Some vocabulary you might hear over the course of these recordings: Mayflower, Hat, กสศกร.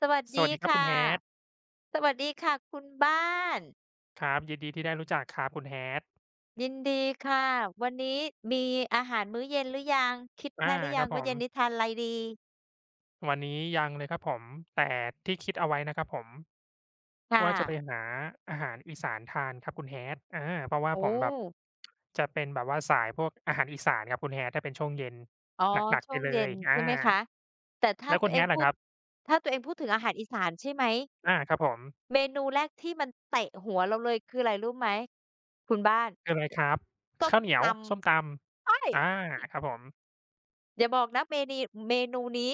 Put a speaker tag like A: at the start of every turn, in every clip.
A: สวัส
B: ส
A: ดี
B: วัสดีครับคุณ
A: ค่ะ
B: Hat
A: สวัสดีค่ะคุณบ้าน
B: ครับยินดีที่ได้รู้จักครับคุณ Hat
A: ยินดีค่ะวันนี้มีอาหารมื้อเย็นหรือยังคิด
B: อา
A: ได้หรือ
B: ค
A: ยั
B: รั
A: ง
B: บผ
A: ว่า
B: ม
A: เย็นนี้ทานอะไรดี
B: วันนี้ยังเลยครับผมแต่ที่คิดเอาไว้นะครับผม
A: ค่ะ
B: ว่าจะไปหาอาหารอีสานทานครับคุณ Hat เพราะว่า
A: โอ้
B: ผมแบบจะเป็นแบบว่าสายพวกอาหารอีสานครับคุณ Hat ถ้าเป็นช่วงเย็น
A: อ๋อ
B: หนักๆ
A: ช่
B: ไป
A: วง
B: เล
A: เย็
B: ย
A: นใช่ไหมคะแต่ถ้า
B: แล้ว
A: ตั
B: คุ
A: ว
B: ณ
A: เอง
B: Hat
A: พู
B: ล่ะค
A: ด
B: รับ
A: ถ้าตัวเองพูดถึงอาหารอีสานใช่ไหม
B: ครับผม
A: เมนูแรกที่มันเตะหัวเราเลยคืออะไรรู้ไหมคุณบ้าน
B: คืออะไรครับ
A: ส้ม
B: ข้าวเหนีย
A: ต
B: วส้มต
A: ำใช่
B: ำครับผม
A: อย่าบอกนะเมนูนี้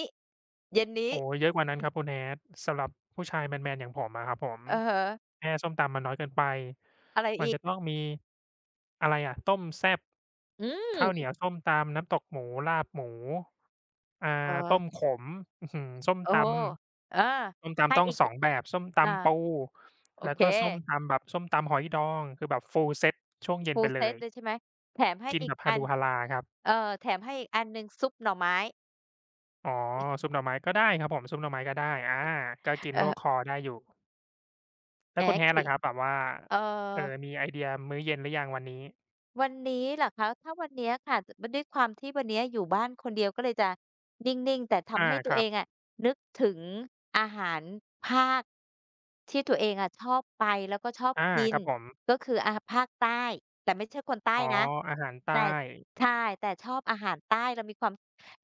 A: เย็นนี้
B: โอ้โฮเยอะกว่านั้นครับคุณ Hat สำหรับผู้ชายแมนๆอย่างผมอะครับผม
A: อือฮึ
B: แค่ส้มตำมันน้อยเกินไป
A: อะไร
B: มัน
A: อีก
B: จะต้องมีอะไรอะต้มแซ่บ
A: อื
B: ข้าวเหนี
A: ม
B: ยวส้มตำน้ำตกหมูลาบหมูอ่
A: เอ
B: าต้ม
A: อ
B: ขมอื้อฮือส้ม
A: โอ้
B: ต
A: โฮเออ
B: ำส้ม
A: ให้
B: ตำต้อง
A: อีก
B: ส
A: ย
B: องแบบส้ม
A: อา
B: ตำปู
A: โอ
B: แล้ว
A: เค
B: ก็ส้มตำแบบส้มตำหอยดองคือแบบ Full เซตช่วงเย็นไป
A: full เซ
B: เล
A: ต
B: ย
A: เลยใช่ไหมแถมให้
B: กิน
A: อี
B: แบ
A: ก
B: บฮา
A: อัน
B: รูฮาราครับ
A: แถมให้อีกอันหนึ่งซุปหน่อไม้
B: อ๋อซุปหน่อไม้ก็ได้ครับผมซุปหน่อไม้ก็ได้ก็กิน
A: เอ
B: ลวกค
A: อ
B: อได้อยู่
A: แห
B: แล้
A: ม
B: วคุณ Hat
A: ขิ
B: ล่ะครับแบบว่า
A: เอ่อ
B: มีไอเดียมื้อเย็นหรือยังวันนี้
A: วันนี้เหรอคะถ้าวันเนี้ยค่ะด้วยความที่วันเนี้ยอยู่บ้านคนเดียวก็เลยจะนิ่งๆแต่ทำ
B: อา
A: ให้ตั
B: ค
A: ว
B: รั
A: เอ
B: บ
A: งอะนึกถึงอาหารภาคที่ตัวเองอะชอบไปแล้วก็ชอบ
B: อา
A: กิ
B: ค
A: น
B: รับผม
A: ก็คืออาภาคใต้แต่ไม่ใช่คนใต้
B: อ๋อ
A: นะ
B: อาหารใต้
A: แต่ใช่แต่ชอบอาหารใต้เรามีความ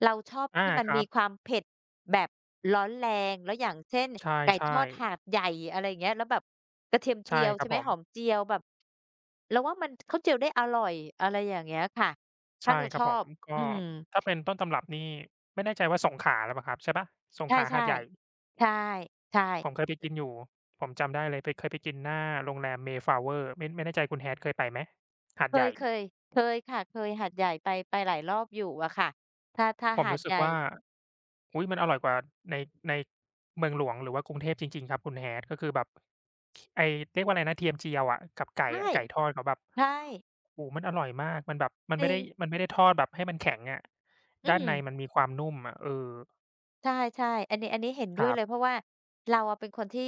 A: เราชอบ
B: อา
A: ที่มัน
B: ครั
A: มี
B: บ
A: ความเผ็ดแบบร้อนแรงแล้วอย่างเช่น
B: ใ
A: ไก่ท
B: ช่
A: อด
B: ๆ
A: หาดใหญ่อะไรอย่างเงี้ยแล้วแบบกระเทียมเจี
B: ใช่
A: ยว
B: ครั
A: ใช่
B: บ
A: ไห
B: ผ
A: ม
B: ม
A: หอมเจียวแบบเราว่ามันเขาเจียวได้อร่อยอะไรอย่างเงี้ยค่ะถ้า
B: ใช่
A: เรา
B: ค
A: ช
B: รับ
A: อ
B: ผม
A: บ
B: ก็
A: อืม
B: ถ้าเป็นต้นตำรับนี่ไม่แน่ใจว่าสงขลาหรือเปล่าครับใช่เปล่าสงข
A: ใช่
B: ลา
A: ๆ
B: หาดใหญ่
A: ใช่ใช่
B: ผมเคยไปกินอยู่ผมจำได้เลยไปเคยไปกินหน้าโรงแรม Mayflower ไม่แน่ใจคุณ Hat เคยไปไหมหาด
A: เค
B: ให
A: ย
B: ญ่
A: เคยเคยค่ะเคยหาดใหญ่ไปไปหลายรอบอยู่อะค่ะถ้า
B: ผม
A: หาด
B: รู้สึ
A: ให
B: ก
A: ญ่
B: ว่าอุ๊ยมันอร่อยกว่าในในเมืองหลวงหรือว่ากรุงเทพจริงๆครับคุณ Hat ก็คือแบบไอ้เรียกว่าอะไรนะเทียมเจียวอะกับไก่
A: ใช่
B: อะไก่ทอดเขาแบบ
A: ใช่
B: โอ้โฮมันอร่อยมากมันแบบมัน
A: จ
B: ไม่
A: ริง
B: ได้มันไม่ได้ทอดแบบให้มันแข็งอะ
A: อื
B: ด้าน
A: ม
B: ในมันมีความนุ่มอะเออ
A: ใช่ๆอันนี้เห็นด้
B: ค
A: วย
B: รั
A: เลย เพ
B: บ
A: ราะว่าเราอะเป็นคนที่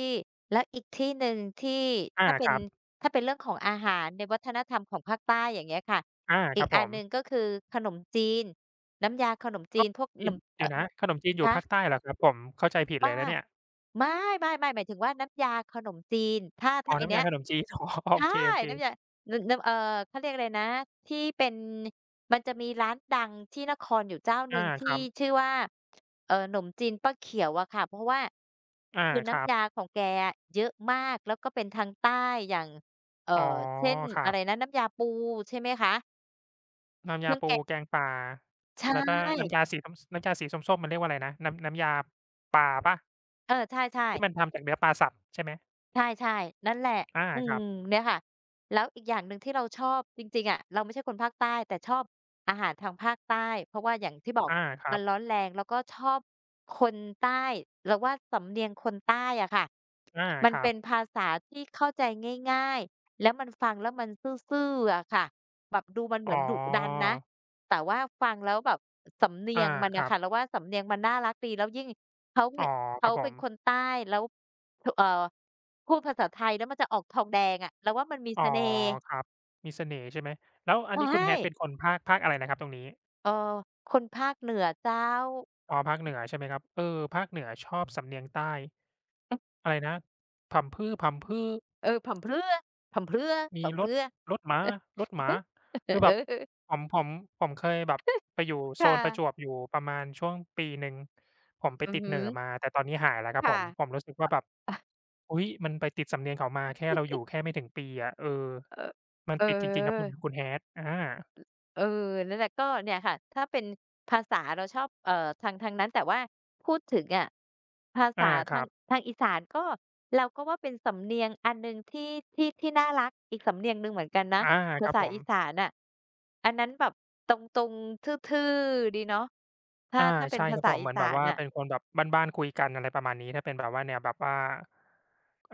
A: แล้วอีกที่หนึ่งที่
B: อา
A: ถ้าเป็
B: ค
A: น
B: รับ
A: เรื่องของอาหารในวัฒนธรรมของภาคใต้อย่างเงี้ยค่ะ
B: อา
A: อี
B: ค
A: ก
B: รับผ
A: อัน
B: ม
A: หนึ่งก็คือขนมจีนน้ำยาขนมจี
B: อ้าว
A: นพวกห
B: จี
A: น่
B: น
A: ม
B: เดี๋ยวนะขนมจีนอยู่ภาค
A: คะ
B: ใต้เหรอครับผมเข้าใจผิดเล
A: บ้า
B: ยนะเนี่ย
A: ไม่ๆๆหมายถึงว่าน้ำยาขนมจีนถ้า
B: อ๋อ
A: ถ้าไอ้
B: น้ำ
A: เนี้
B: ยา
A: ย
B: ขนมจีน อ๋อโอ
A: ใช่
B: เคๆ
A: น้ำยานน้ำเขาเรียกอะไรนะที่เป็นมันจะมีร้านดังที่นครอยู่เจ้าหนึ่
B: อา
A: ง
B: ค
A: ที่
B: รับ
A: ชื่อว่าหนมจีนป้าเขียวอะค่ะเพราะว่า
B: อา
A: คือ
B: ครั
A: น้ำ
B: บ
A: ยาของแกอะเยอะมากแล้วก็เป็นทางใต้อย่างเอ่อ
B: อ๋อ
A: เช่น
B: ครั
A: อะ
B: บ
A: ไรนะน้ำยาปูใช่ไหมคะ
B: น้ำ
A: เค
B: ยา
A: รื่องแก
B: ปู
A: ง
B: แกงป่า
A: ใช่
B: แล้วก็น้ำยาสีส้มน้ำยาสีส้มๆมันเรียกว่าอะไรนะน้ำยาป่าเปล่า
A: เออใช่
B: ที่มัน
A: ๆ
B: ทำจากเนื้อปลาสับใช่ไหม
A: ใช่ๆนั่นแหละ
B: อา
A: อื
B: ค
A: ม
B: รับ
A: เนี่ยค่ะแล้วอีกอย่างหนึ่งที่เราชอบจริงๆอะเราไม่ใช่คนภาคใต้แต่ชอบอาหารทางภาคใต้เพราะว่าอย่างที่บอก
B: อาครั
A: มัน
B: บ
A: ร้อนแรงแล้วก็ชอบคนใต้เราว่าสำเนียงคนใต้อะค่ะ
B: อา
A: มัน
B: ครั
A: เป็น
B: บ
A: ภาษาที่เข้าใจง่ายๆแล้วมันฟังแล้วมันซื่อๆอะค่ะแบบดูมันเห
B: อ๋
A: มื
B: อ
A: อนดุดันนะแต่ว่าฟังแล้วแบบสำเนี
B: อา
A: ยงมัน
B: ค
A: น่ะ
B: รับ
A: ค่ะเราว่าสำเนียงมันน่ารักดีแล้วยิ่งเขาพ
B: อ๋อค
A: เขา
B: รับผ
A: เป็น
B: ม
A: คนใต้แล้วถพูดภาษาไทยแล้วมันจะออกทองแดงอะเราว่ามันมี
B: อ๋อ
A: เสน่ห์
B: ครับมีเสน่ห์ใช่ไหมแล้วอันนี้คุณ
A: ใช่
B: Hat เป็นคนภาคอะไรนะครับตรงนี้
A: เออคนภาคเหนือเจ้า
B: อ๋อภาคเหนือใช่ไหมครับเออภาคเหนือชอบสำเนียงใต้อะไรนะพำพื้อ
A: เออผ่ำเพรื่อผ่ำเพรื่อ
B: มี
A: ผ่ำ
B: ร
A: เพ
B: ถ
A: รื่อ
B: รถม้า รถหมา
A: เอ
B: คือแบบ
A: อ
B: ผมผมผมเคยแบบไปอยู่
A: ค
B: โซนประจวบ
A: ่ะ
B: อยู่ประมาณช่วงปีหนึ่งผมไป
A: อือ
B: ติด
A: ฮึ
B: เหน่อมาแต่ตอนนี้หายแล้วครับผ
A: ค่ะ
B: มผมรู้สึกว่าแบบอุ๊ยมันไปติดสำเนียงเขามาแค่เราอยู่แค่ไม่ถึงปีอะเออ
A: เออ
B: มัน
A: เอ
B: ติดจริงๆครับคุณ
A: อ
B: คุณ Hat อา
A: เออนั่นแหละก็เนี่ยค่ะถ้าเป็นภาษาเราชอบทางทางนั้นแต่ว่าพูดถึงอะภา
B: อา
A: ษา
B: ค
A: ทา
B: รั
A: ง
B: บ
A: ทางอีสานก็เราก็ว่าเป็นสำเนียงอันหนึ่งที่ที่น่ารักอีกสำเนียงหนึ่งเหมือนกันนะ
B: อาค
A: ภา
B: รับ
A: ษา
B: ผม
A: อีสานน่ะอันนั้นแบบตรงๆทื่อๆดีเนาะถ้า
B: อา
A: ถ้าเป็น
B: ใช่ค
A: ภา
B: รับ
A: ษา
B: ผม
A: อี
B: เหมือน
A: สา
B: แบบ
A: น
B: ว่า
A: น่ะ
B: เป็นคนแบบบ้านๆคุยกันอะไรประมาณนี้ถ้าเป็นแบบว่าแนวแบบว่า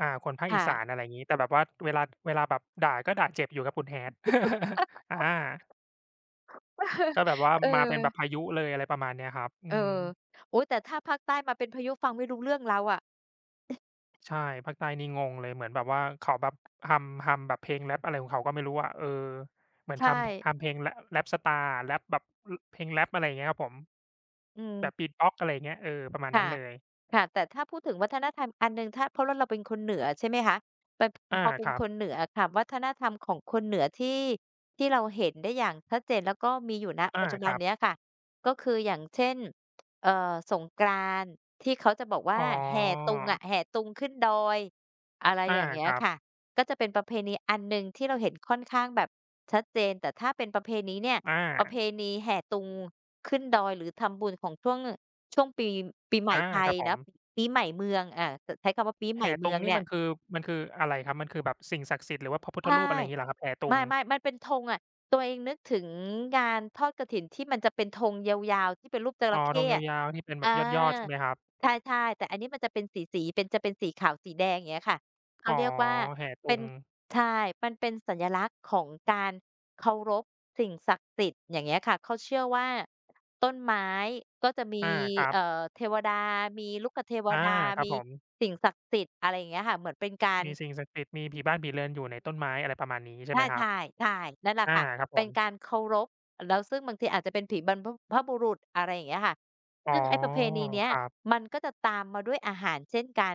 B: คนภาคอี
A: ค่ะ
B: สานอะไรอย่างงี้แต่แบบว่าเวลาแบบด่าก็ด่าเจ็บอยู่ครับคุณ Hat อา ก็แบบว่า
A: เออ
B: มาเป็นแบบพายุเลยอะไรประมาณเนี้ยครับอื
A: เอ
B: ม
A: อโอ๊ยแต่ถ้าภาคใต้มาเป็นพายุฟังไม่รู้เรื่องแล้วอะ
B: ใช่ภาคใต้นี่งงเลยเหมือนแบบว่าเขาแบบฮัมแบบเพลงแรปอะไรของเขาก็ไม่รู้อะเออเหมือน
A: ใช่
B: ฮัมเพลงรแรปสตาร์อะแร็ปแบบอเพลงแร็ปอะไรอย่างเงี้ยครับผม
A: อื
B: แบบบี
A: ม
B: ตบ็อกอะไรอย่างเงี้ยเออประมาณนั้
A: ค่ะ
B: นเลย
A: ค่ะ แต่ถ้าพูดถึงวัฒนธรรมอันหนึ่งถ้าเพราะว่าเราเป็นคนเหนือใช่ไหมคะป
B: อา
A: พอเป็
B: ค
A: น
B: รับ
A: คนเหนืออะค่ะวัฒนธรรมของคนเหนือที่ที่เราเห็นได้อย่างชัดเจนแล้วก็มีอยู่ณ
B: อา
A: ปัจจุ
B: ค
A: บัน
B: รับ
A: เนี้ยค่ะก็คืออย่างเช่นสงกรานต์ที่เขาจะบอกว่า
B: อ๋อ
A: แห่ตุงอะแห่ตุงขึ้นดอยอะไร
B: อา
A: อย่างเงี้
B: ค
A: ย
B: รับ
A: ค่ะก็จะเป็นประเพณีอันหนึ่งที่เราเห็นค่อนข้างแบบชัดเจนแต่ถ้าเป็นประเพณีเนี่ย
B: อ
A: ประเพ
B: า
A: ณีแห่ตุงขึ้นดอยหรือทำบุญของช่วง ช่วงปีปีใหม่
B: อา
A: ไท
B: ค
A: ย
B: รับผ
A: นะ
B: ม
A: ปีใหม่เมืองอาใช้คำว่าปีใหม่
B: แห่
A: เมื
B: ตุ
A: อ
B: ง
A: ง
B: นี่
A: เนี่ย
B: มันคืออะไรครับมันคือแบบสิ่งศักดิ์สิทธิ์หรือว่าพระพุทธ
A: ใช่
B: รูปอะไรอย่างงี้เหรอครับแห่
A: ไม
B: ตุง
A: ่ๆมันเป็นธงอะตัวเองนึกถึงงานทอดกฐินที่มันจะเป็นธงยาวๆที่เป็นรูปจ
B: อ๋อ
A: ระ
B: ธ
A: เข้
B: ง
A: อะ
B: ยาวๆที่เป็นแบ
A: อา
B: บยอดๆใช่ไหมครับ
A: ใช่ๆแต่อันนี้มันจะเป็นสีๆเป็นจะเป็นสีขาวสีแดงอย่างเงี้ยค่ะเขา
B: อ๋อ
A: เรียกว่า
B: แห่ตุ
A: เป็น
B: ง
A: ใช่มันเป็นสัญลักษณ์ของการเคารพสิ่งศักดิ์สิทธิ์อย่างเงี้ยค่ะเขาเชื่อว่าต้นไม้ก็จะมี
B: อาครับ
A: เทวดามีลูกเทว
B: อา
A: ดา
B: ครับ
A: มี
B: ผม
A: สิ่งศักดิ์สิทธิ์อะไรอย่างเงี้ยค่ะเหมือนเป็นการ
B: มีสิ่งศักดิ์สิทธิ์มีผีบ้านผีเรือนอยู่ในต้นไม้อะไรประมาณนี้ใช่
A: ใช่
B: ไหมครับ
A: ใช่ใช่นั่นแหละ
B: อา
A: ค่ะ
B: ครับผ
A: เป็น
B: ม
A: การเคารพแล้วซึ่งบางทีอาจจะเป็นผีบรรพพบุรุษอะไรอย่างเงี้ยค่ะ
B: อ๋อ
A: ซึ่งไอ้ประเพณีเนี้ย
B: ครับ
A: มันก็จะตามมาด้วยอาหารเช่นกัน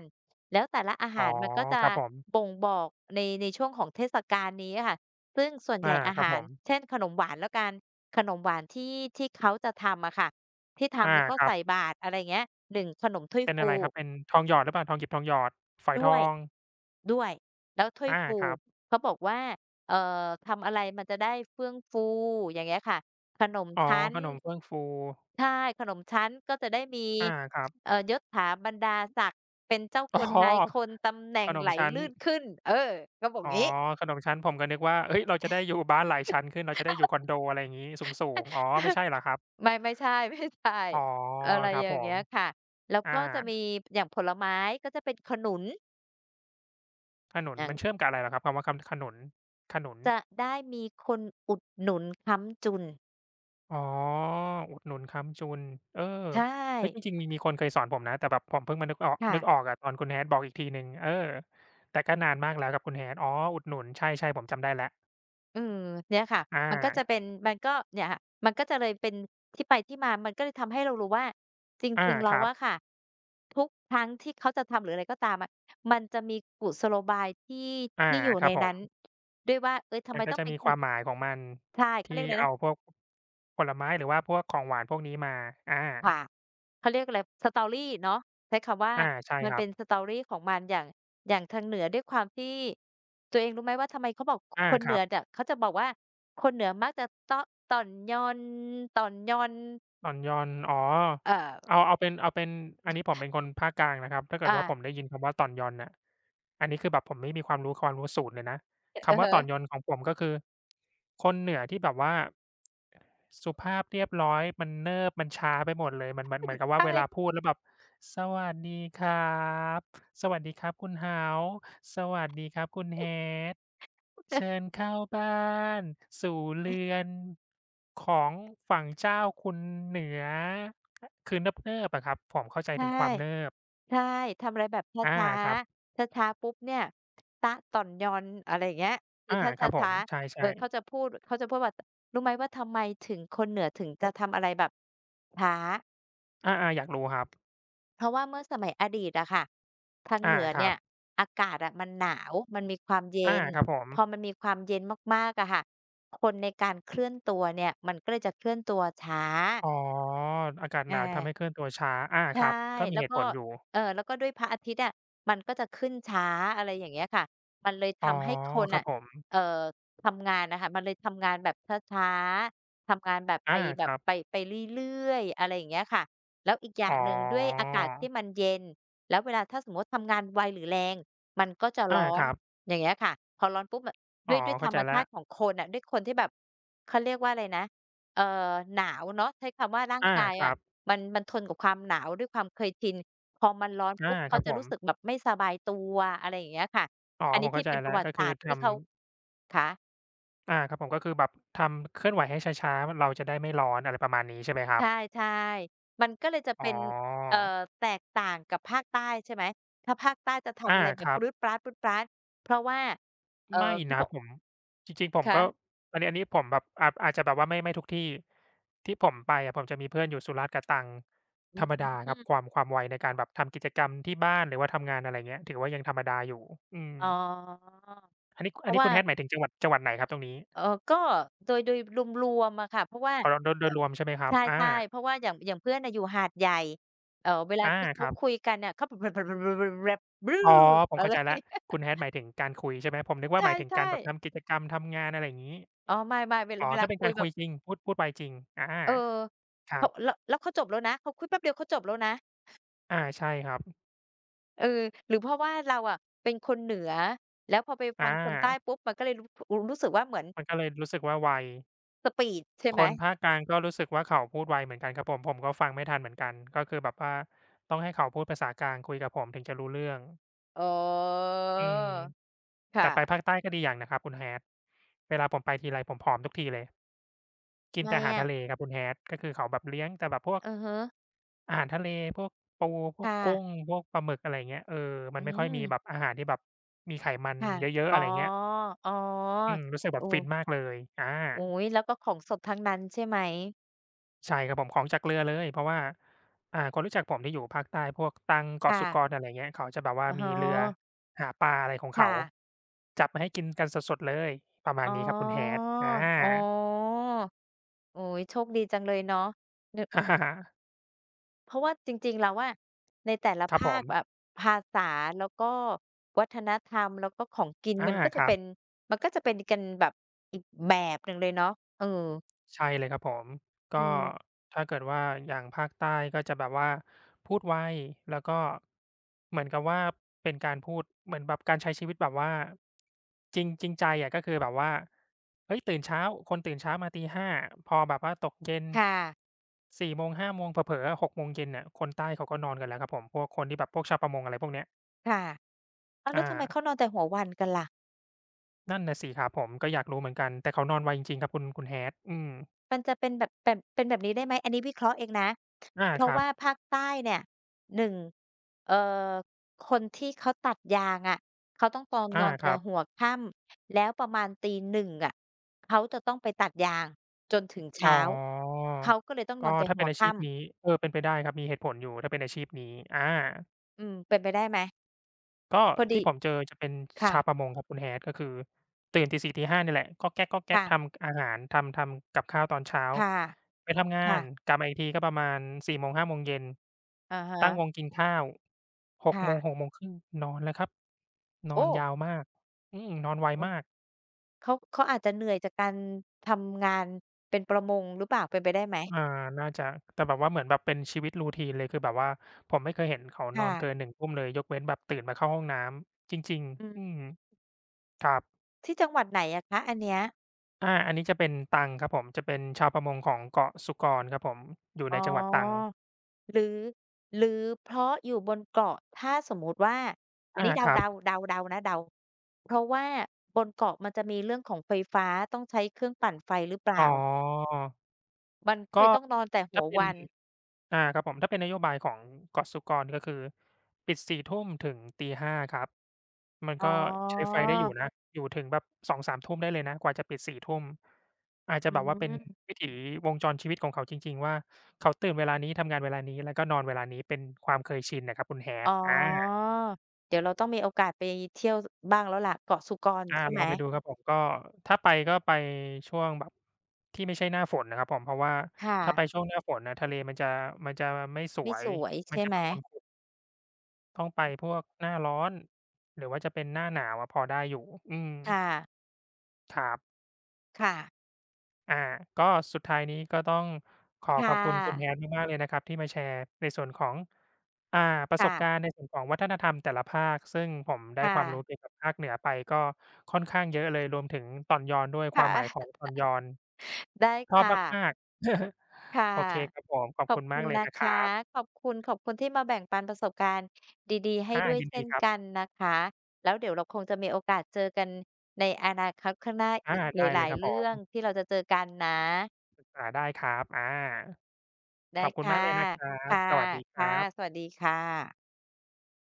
A: แล้วแต่ละอา
B: อ๋อ
A: หารมันก็จะ
B: ครับผม
A: บ่งบอกในช่วงของเทศกาลนี้อะค่ะ ซึ่งส่วนใหญ่
B: อา
A: อา
B: ครับ
A: หา
B: ผ
A: ร
B: ม
A: เช่นขนมหวานแล้วกันขนมหวานที่เขาจะทำอะค่ะที่
B: อา
A: ทำแล้วก็
B: ครั
A: ใส่
B: บ
A: บาตรอะไรอย่างเงี้ยหนึ่งขนมถ้วย
B: เป็น
A: ฟู
B: อะไรครับเป็นทองหยอดหรือเปล่าทองหยิบทองหยอดฝอยท
A: ด้วย
B: อง
A: ด้วย แล้วถ้วยฟู
B: ครับ
A: เขาบอกว่าเอ่อทำอะไรมันจะได้เฟื่องฟูอย่างเงี้ยค่ะขนม
B: อ๋อ
A: ชั้น
B: ขนมเฟื่องฟู
A: ใช่ขนมชั้นก็จะได้มี
B: อาครับ
A: ยศถาบรรดาศักดิ์เป็นเจ้าค
B: อ๋อ
A: นนายคนตำแหน่
B: ข
A: ง
B: น
A: ไห
B: ม
A: ล
B: ชั้น
A: ลื่นขึ้นเออก็บอก
B: อ๋อ
A: งี้
B: ขนมชั้นผมก็นึกว่าเฮ้ยเราจะได้อยู่บ้านหลายชั้นขึ้นเราจะได้อยู่คอนโดอะไรอย่างงี้สูงๆอ๋อไม่ใช่เหรอครับ
A: ไม่ไม่ใช่ ไม่ใช่
B: อ๋อ
A: อะไร
B: ครับ
A: อย่า
B: ผ
A: ง
B: ม
A: เงี้ยค่ะแล้ว
B: อา
A: ก็จะมีอย่างผลไม้ก็จะเป็นขนุน
B: ขนุน
A: อย่าง
B: มันเชื่อมกับอะไรเหรอครับคำว่าขนุนขนุน
A: จะได้มีคนอุดหนุนค้ำจุน
B: อ๋ออุดหนุนค้ำจุนเออ
A: ใช
B: เฮ้ยจ
A: ่
B: ริงๆมีคนเคยสอนผมนะแต่แบบผมเพิ่งมานึกออก
A: ค่ะ
B: นึกออกอะตอนคุณ Hat บอกอีกทีหนึ่งเออแต่ก็นานมากแล้วกับคุณ Hat อ๋ออุดหนุนใช่ๆผมจำได้แล้ว
A: เออเนี่ยค่ะ
B: อ
A: มันก็จะ
B: า
A: เป็นมันก็เนี่ยค่ะมันก็จะเลยเป็นที่ไปที่มามันก็เลยทำให้เรารู้ว่าจ
B: อา
A: ริงๆแล้
B: ค
A: ว
B: รับ
A: อะค่ะทุกครั้งที่เขาจะทำหรืออะไรก็ตามอะมันจะมีกุศโลบายที่
B: อา
A: ที่อยู่
B: ค
A: ใน
B: รับผ
A: นั้
B: ม
A: นด้วยว่าเอ๊ยทำ
B: มั
A: ไม
B: นก็
A: ต้อง
B: จะ
A: เป็น
B: มี
A: ค
B: ความหมายของมัน
A: ใช่เขาเรีย
B: ที่
A: กอะไรนะ
B: เอาพวกผลไม้หรือว่าพวกของหวานพวกนี้มาอา
A: ค่ะเขาเรียกอะไร story เนาะใช้คำว่า
B: อาใช่
A: มัน
B: ครั
A: เป็
B: บ
A: น story ของมันอย่างอย่างทางเหนือด้วยความที่ตัวเองรู้ไหมว่าทำไมเขาบอกค
B: อา
A: คน
B: ค
A: เห
B: รั
A: นือ
B: บ
A: เนี่ยเขาจะบอกว่าคนเหนือมักจะต้อต่อนญอนต่อนญอน
B: อ่อนโยนอ๋อ
A: เอ่อ
B: เอาเป็นอันนี้ผมเป็นคนภาคกลางนะครับถ้าเกิด
A: อ่า
B: ว่าผมได้ยินคำว่าต่อนยอนน่ะอันนี้คือแบบผมไม่มีความรู้ศูนย์เลยนะ
A: อะ
B: คำว่าต่อนยอน
A: ฮะ
B: ของผมก็คือคนเหนือที่แบบว่า สุภาพเรียบร้อยมันเนิบมันช้าไปหมดเลยมันเหมือนกับว่า
A: ใช่
B: เวลาพูดแล้วแบบสวัสดีครับสวัสดีครับคุณ House สวัสดีครับคุณ Hat เชิญ เข้าบ้านสู่เรือนของฝั่งเจ้าคุณเหนือคือเนิบๆอะครับผมเข้าใจ
A: ใช่
B: ถึงความเนิบ
A: ใช่ทำอะไรแบบช
B: อา
A: ้า
B: ครับ
A: ๆช้าๆปุ๊บเนี่ยต๊ะต่อนญอนอะไรอย่างเงี้ยคือ
B: อา
A: ถ้า
B: ค
A: ช
B: รับผม
A: ้า
B: ใ
A: ๆเออ
B: ช่ๆ
A: เขาจะพูดเขาจะพูดว่ารู้ไหมว่าทำไมถึงคนเหนือถึงจะทำอะไรแบบช้า
B: อาๆอยากรู้ครับ
A: เพราะว่าเมื่อสมัยอดีตอะค่ะทางเห
B: อา
A: นือ
B: ครั
A: เนี่ย
B: บ
A: อากาศอะมันหนาวมันมีความเย็
B: อา
A: น
B: ครับผม
A: พอมันมีความเย็นมากๆอะค่ะคนในการเคลื่อนตัวเนี่ยมันก็เลยจะเคลื่อนตัวช้า
B: อ๋ออากาศห
A: อ
B: นาวทำให้เค
A: า
B: ลื่อนตัวช้าอาค
A: ใช่
B: รับก็มี
A: แล้ว
B: เหตุ
A: ก็
B: ผลอยู่
A: แล้วก็ด้วยพระอาทิตย์อะมันก็จะขึ้นช้าอะไรอย่างเงี้ยค่ะมันเลย
B: อ๋อ
A: ทำให้คน
B: ครับ
A: น่ะ
B: ผม
A: เอ่อทำงานน่ะค่ะมันเลยทำงานแบบช้าๆทำงานแบบไป
B: อา
A: แบ
B: ค
A: บ
B: รับ
A: ไปเรื่อยๆอะไรอย่างเงี้ยค่ะแล้วอีกอย่า
B: อ๋อ
A: งหนึ่งด้วยอากาศที่มันเย็นแล้วเวลาถ้าสมมุติทำงานไวหรือแรงมันก็จะ
B: อา
A: ร้อ
B: ค
A: น
B: รับ
A: อย่างเงี้ยค่ะพอร้อนปุ๊บอะ
B: อ๋
A: ด้
B: อ
A: วยด้วยธร
B: เข้าใจ
A: รม
B: แล้
A: ชา
B: ว
A: ติของคนน่ะด้วยคนที่แบบเขาเรียกว่าอะไรนะเอ่อหนาวเนาะใช้คำว่าร่าง
B: อา
A: กาย
B: ค
A: อะ
B: รับ
A: มันมันทนกับความหนาวด้วยความเคยชินพอมันร้อน
B: อา
A: ปุ๊บ
B: ค
A: เขา
B: รับ
A: จะ
B: ผม
A: รู้สึกแบบไม่สบายตัวอะไรอย่างเงี้ยค่ะ
B: อ๋อ
A: อัน
B: ผ
A: นี้
B: ม
A: ที่
B: เข้าใจ
A: เป็นป
B: แล้ว
A: ระวั
B: ก็
A: ติศา
B: คือ
A: สตร์ที่
B: ทำ
A: เขาคะ
B: อาครับผมก็คือแบบทำเคลื่อนไหวให้ช้าๆเราจะได้ไม่ร้อนอะไรประมาณนี้ใช่ไหมครั
A: ใช
B: บ
A: ่ๆมันก็เลยจะ
B: อ๋อ
A: เป็นเอ่อแตกต่างกับภาคใต้ใช่ไหม ถ้าภาคใต้จะทำ
B: อา
A: อะไรแบ
B: ค
A: บ
B: รั
A: ป
B: บ
A: รื๊ดปร้าดปรื๊ดปร้าดเพราะว่า
B: ไม่
A: เขา
B: นะ
A: บอก
B: ผมจริงๆผม
A: คะ
B: ก็อันนี้ผมแบบอาจจะแบบว่าไม่ทุกที่ที่ผมไปอะผมจะมีเพื่อนอยู่สุราษฎร์กับตรัง
A: อื
B: ธ
A: ม
B: รรมดาครับความไวในการแบบทำกิจกรรมที่บ้านหรือว่าทำงานอะไรอย่างเงี้ยถือว่ายังธรรมดาอยู่อืม
A: อ๋อ
B: อันนี้
A: เพ
B: อัน
A: ราะ
B: นี้
A: ว่า
B: คุณ Hat หมายถึงจังหวัดไหนครับตรงนี้
A: เอ่อก็โดยรวมๆอะค่ะเพราะว่า
B: อ๋อโดยโด
A: เอ่อ
B: ยรวมใช่ไหมครับอา
A: ใช่ๆเพราะว่าอย่างอย่างเพื่อนน่ะอยู่หาดใหญ่เวลา
B: อา
A: ที่
B: ค
A: เขา
B: รับ
A: คุยกันเนี่ยเขา
B: อ๋อผ ม
A: อะ
B: เข้า
A: ไร่
B: ใจแล้วคุณ Hat หมายถึงการคุยใช่ไหมผมนึก
A: ใ
B: ว่าหมายถึงการ
A: ช่
B: แบบทำ
A: ๆ
B: กิจกรรมทำงานอะไรอย่างงี้
A: อ๋อไม่ๆเวลา
B: อ๋อ
A: เวลา
B: ถ้าเป็น
A: คุ
B: กา
A: ย
B: ร
A: แบ
B: คุ
A: บ
B: ยจริงพูดไวจริงอา
A: เออ
B: ครั
A: เขา
B: บ
A: แล้วแล้วเขาจบแล้วนะเขาคุยแป๊บเดียวเขาจบแล้วนะ
B: อาใช่ครับ
A: เออหรือเพราะว่าเราอะเป็นคนเหนือแล้วพอไปฟั
B: อา
A: งคนใต้ปุ๊บมันก็เลยรู้รู้รู้สึกว่าเหมือน
B: มันก็เลยรู้สึกว่าไว
A: สปีดใช่ไห
B: ค
A: ม
B: นภาคกลางก็รู้สึกว่าเขาพูดไวเหมือนกันครับผมผมก็ฟังไม่ทันเหมือนกันก็คือแบบว่าต้องให้เขาพูดภาษากลางคุยกับผมถึงจะรู้เรื่อง
A: อ๋อ
B: อืมแต่
A: ค่ะ
B: ไปภาคใต้ก็ดีอย่างนะครับคุณ Hat เวลาผมไปทีไรผมผอมทุกทีเลยกิ
A: ทำ
B: น
A: ไม
B: แต่อาหาร
A: อะ
B: ทะเลครับคุณ Hat ก็คือเขาแบบเลี้ยงแต่แบบพวก
A: อือฮึ
B: อาหารทะเลพวกปูพ
A: ค
B: วกกุ้ง
A: ่ะ
B: พวกปลาหมึกอะไรอย่างเงี้ยเออมั
A: อื
B: นไม่ค่อยมีแบบ
A: ม
B: อาหารที่แบบมีไขมัน
A: ค่ะ
B: เยอะๆ
A: อ๋อ
B: อะไร่าเงี้ย
A: อ๋อ
B: อืมรู้สึกแบ
A: โอ้
B: บฟินมากเลยอา
A: อุ๊ยแล้วก็ของสดทั้งนั้นใช่ไหม
B: ใช่ครับผมของจากเรือเลยเพราะว่าอ่าคนรู้จักผมที่อยู่ภาคใต้พวกตรังเกาะ
A: ค่ะ
B: สุกรอะไรเงี้ยเขาจะแบบว่า
A: อะฮ
B: มีเรือ
A: ะ
B: หาปลาอะไรของเขา
A: ค่ะ
B: จับมาให้กินกันสดๆเลยประมาณ
A: อ๋อ
B: นี้ครับคุณ Hat อา
A: อ๋อโอโยโชคดีจังเลยเนาะเน่อะ เพราะว่าจริงๆแล้วอะในแต่ละ
B: ครับผ
A: ภาค
B: ม
A: แบบภาษาแล้วก็วัฒนธรรมแล้วก็ของกิน
B: อา
A: มันก็
B: ค
A: จะ
B: รับ
A: เป็นมันก็จะเป็นกันแบบอีกแบบหนึ่งเลยเนาะเออ
B: ใช่เลยครับผมก็
A: อืม
B: ถ้าเกิดว่าอย่างภาคใต้ก็จะแบบว่าพูดไวแล้วก็เหมือนกับว่าเป็นการพูดเหมือนแบบการใช้ชีวิตแบบว่าจริงจริงใจอะก็คือแบบว่าเฮ้ยตื่นเช้าคนตื่นเช้ามาตี5พอแบบว่าตกเย็น
A: ค่ะ
B: 4โมงห้าโมงเผลอๆอะ6โมงเย็นน่ะคนใต้เขาก็นอนกันแล้วครับผมพวกคนที่แบบพวกชาวประมงอะไรพวกเนี้ย
A: ค่ะอ้าวแล้
B: อา
A: วทำไมเขานอนแต่หัววันกันล่ะ
B: นั่นน่ะสิครับผมก็อยากรู้เหมือนกันแต่เขานอนไวจริงๆครับคุณ Hat อืม
A: มันจะเป็นแบบแบบเป็นแบบนี้ได้ไหมอันนี้วิเคราะห์เองนะ
B: อา
A: เพ
B: ค
A: ราะ
B: รับ
A: ว่าภาคใต้เนี่ยหนึ่งเอ่อคนที่เขาตัดยางอะเขาต้องตอนน
B: อา
A: อน
B: ค
A: แต่
B: รับ
A: หัวค่ำแล้วประมาณตีหนึ่งอะเขาจะต้องไปตัดยางจนถึง
B: อ๋
A: เช้า
B: อ
A: เขาก็เลยต้องน
B: ก็
A: อนแต่
B: ถ้า
A: หั
B: เป็
A: ว
B: นอาชีพ
A: ค่ำ
B: นี้เออเป็นไปได้ครับ มีเหตุผลอยู่ถ้าเป็นอาชีพนี้อา
A: อืมเป็นไปได้ไหม
B: ก็
A: พอ
B: ที่
A: ดี
B: ผมเจอจะเป็นชาวป
A: ค่ะ
B: ระมงครับคุณ Hat ก็คือตื่นตี4ตี5เนี่ยแหละก๊อกแก๊กๆ
A: ค่ะ
B: ทำอาหารทำกับข้าวตอนเช้า
A: ค่ะ
B: ไปทำงา
A: ค่ะ
B: นกลับมาอีกทีก็ประมาณ4โมง5โมงเย็น
A: อะ
B: ตั้งวง
A: ฮะ
B: กินข้าว6โมง
A: ค่ะ
B: 6โมงครึ่งนอนแล้วครับนอ
A: โอ้
B: นยาวมากอืมนอนไว
A: โอ้
B: มาก
A: เขาเขาอาจจะเหนื่อยจากการทำงานเป็นประมงหรือเปล่าเป็นไปได้ไหม
B: อ่า น่าจะ แต่แบบว่าเหมือนแบบเป็นชีวิต routine เลยคือแบบว่าผมไม่เคยเห็นเขานอนเกิน
A: ค่ะ
B: 1ทุ่มเลย ยกเว้นแบบตื่นมาเข้าห้องน้ำ จริง
A: อืม
B: ๆอืมครับ
A: ที่จังหวัดไหนอะคะอันเนี้ย
B: อาอันนี้จะเป็นตังครับผม จะเป็นชาวประมงของเกาะสุกรครับผม อยู่
A: อ๋อ
B: ในจังหวัดตรัง
A: หรือ หรือเพราะอยู่บนเกาะถ้าสมมุติว่าอัน
B: อา
A: นี้
B: ค
A: เดา
B: รับ
A: ๆเดาๆนะเดาเพราะว่าบนเกาะมันจะมีเรื่องของไฟฟ้าต้องใช้เครื่องปั่นไฟหรือเป
B: อ๋
A: ล่า
B: อ
A: มันก็
B: ก็
A: เลยต้องนอนแต่หั
B: ถ้า
A: ว
B: เป็น
A: วัน
B: อ่าครับผมถ้าเป็นนโยบายของกสศกรก็คือปิดสี่ทุ่มถึงตีห้าครับมัน
A: อ๋อ
B: ก็ใช้ไฟได้อยู่นะอยู่ถึงแบบ2-3ทุ่มได้เลยนะกว่าจะปิดสี่ทุ่มอาจจะ
A: อื
B: แบบว่าเป็น
A: ม
B: วิถีวงจรชีวิตของเขาจริงๆว่าเขาตื่นเวลานี้ทำงานเวลานี้แล้วก็นอนเวลานี้เป็นความเคยชินน่ะครับคุณ Hat
A: อ๋อ
B: อา
A: เดี๋ยวเราต้องมีโอกาสไปเที่ยวสบ้างแล้วล่ะเกาะสุกร
B: อา
A: ใช่ไห
B: ล
A: ม
B: องไปดูครับผมก็ถ้าไปก็ไปช่วงแบบที่ไม่ใช่หน้าฝนนะครับผมเพราะว่า
A: ค่ะ
B: ถ้าไปช่วงหน้าฝนน่ะทะเลมันจะไม่ส
A: ไม่
B: ว
A: ส
B: ย
A: วย
B: มัน
A: ใช่
B: จะ
A: ไหม
B: แบบครุๆต้องไปพวกหน้าร้อนหรือว่าจะเป็นหน้าหนาวอะพอได้อยู่อืม
A: ค่ะ
B: ครับ
A: ค่ะ
B: อ่าก็สุดท้ายนี้ก็ต้องขอขอ
A: ค่ะ
B: บคุณคุณ Hat มากๆเลยนะครับที่มาแชร์ในส่วนของอ่าประส
A: ค่ะ
B: บการณ์ในส่วนของวัฒนธรรมแต่ละภาคซึ่งผมได้
A: ค
B: ความรู้
A: ่ะ
B: เกี่ยวกับภาคเหนือไปก็ค่อนข้างเยอะเลยรวมถึงตอนยอนด้วยค
A: ค่
B: วามหมายขอ
A: ะ
B: งตอนยอน
A: ได้
B: ชอบ
A: ค่ะ
B: มากๆ
A: ค่ะ
B: โอเคครับผมขอบ
A: ขอ
B: คุ
A: บ
B: ณมา
A: คุ
B: ก
A: ณ
B: เลย
A: นะ
B: นะครั
A: คะ
B: บ
A: ขอบคุณ ขอบคุณที่มาแบ่งปันประสบการณ์ดีๆให้
B: อา
A: ด้วย
B: ยิน
A: เช่
B: ดี
A: น
B: ครับ
A: กันนะคะ แล้วเดี๋ยวเราคงจะมีโอกาสเจอกันในอนาคตข้างหน้า
B: อา
A: อีกห
B: ได้เลย
A: ลาย
B: ครั
A: ๆ
B: บผ
A: เรื่อง
B: ม
A: ที่เราจะเจอกันนะ
B: อ่าได้ครับอาข
A: ได้
B: อบคุณมาก
A: ค่ะ
B: เลยนะครับ
A: ค่ะ
B: สวัสดีครั
A: ค่ะ ส
B: บ
A: วัสดีค่ะ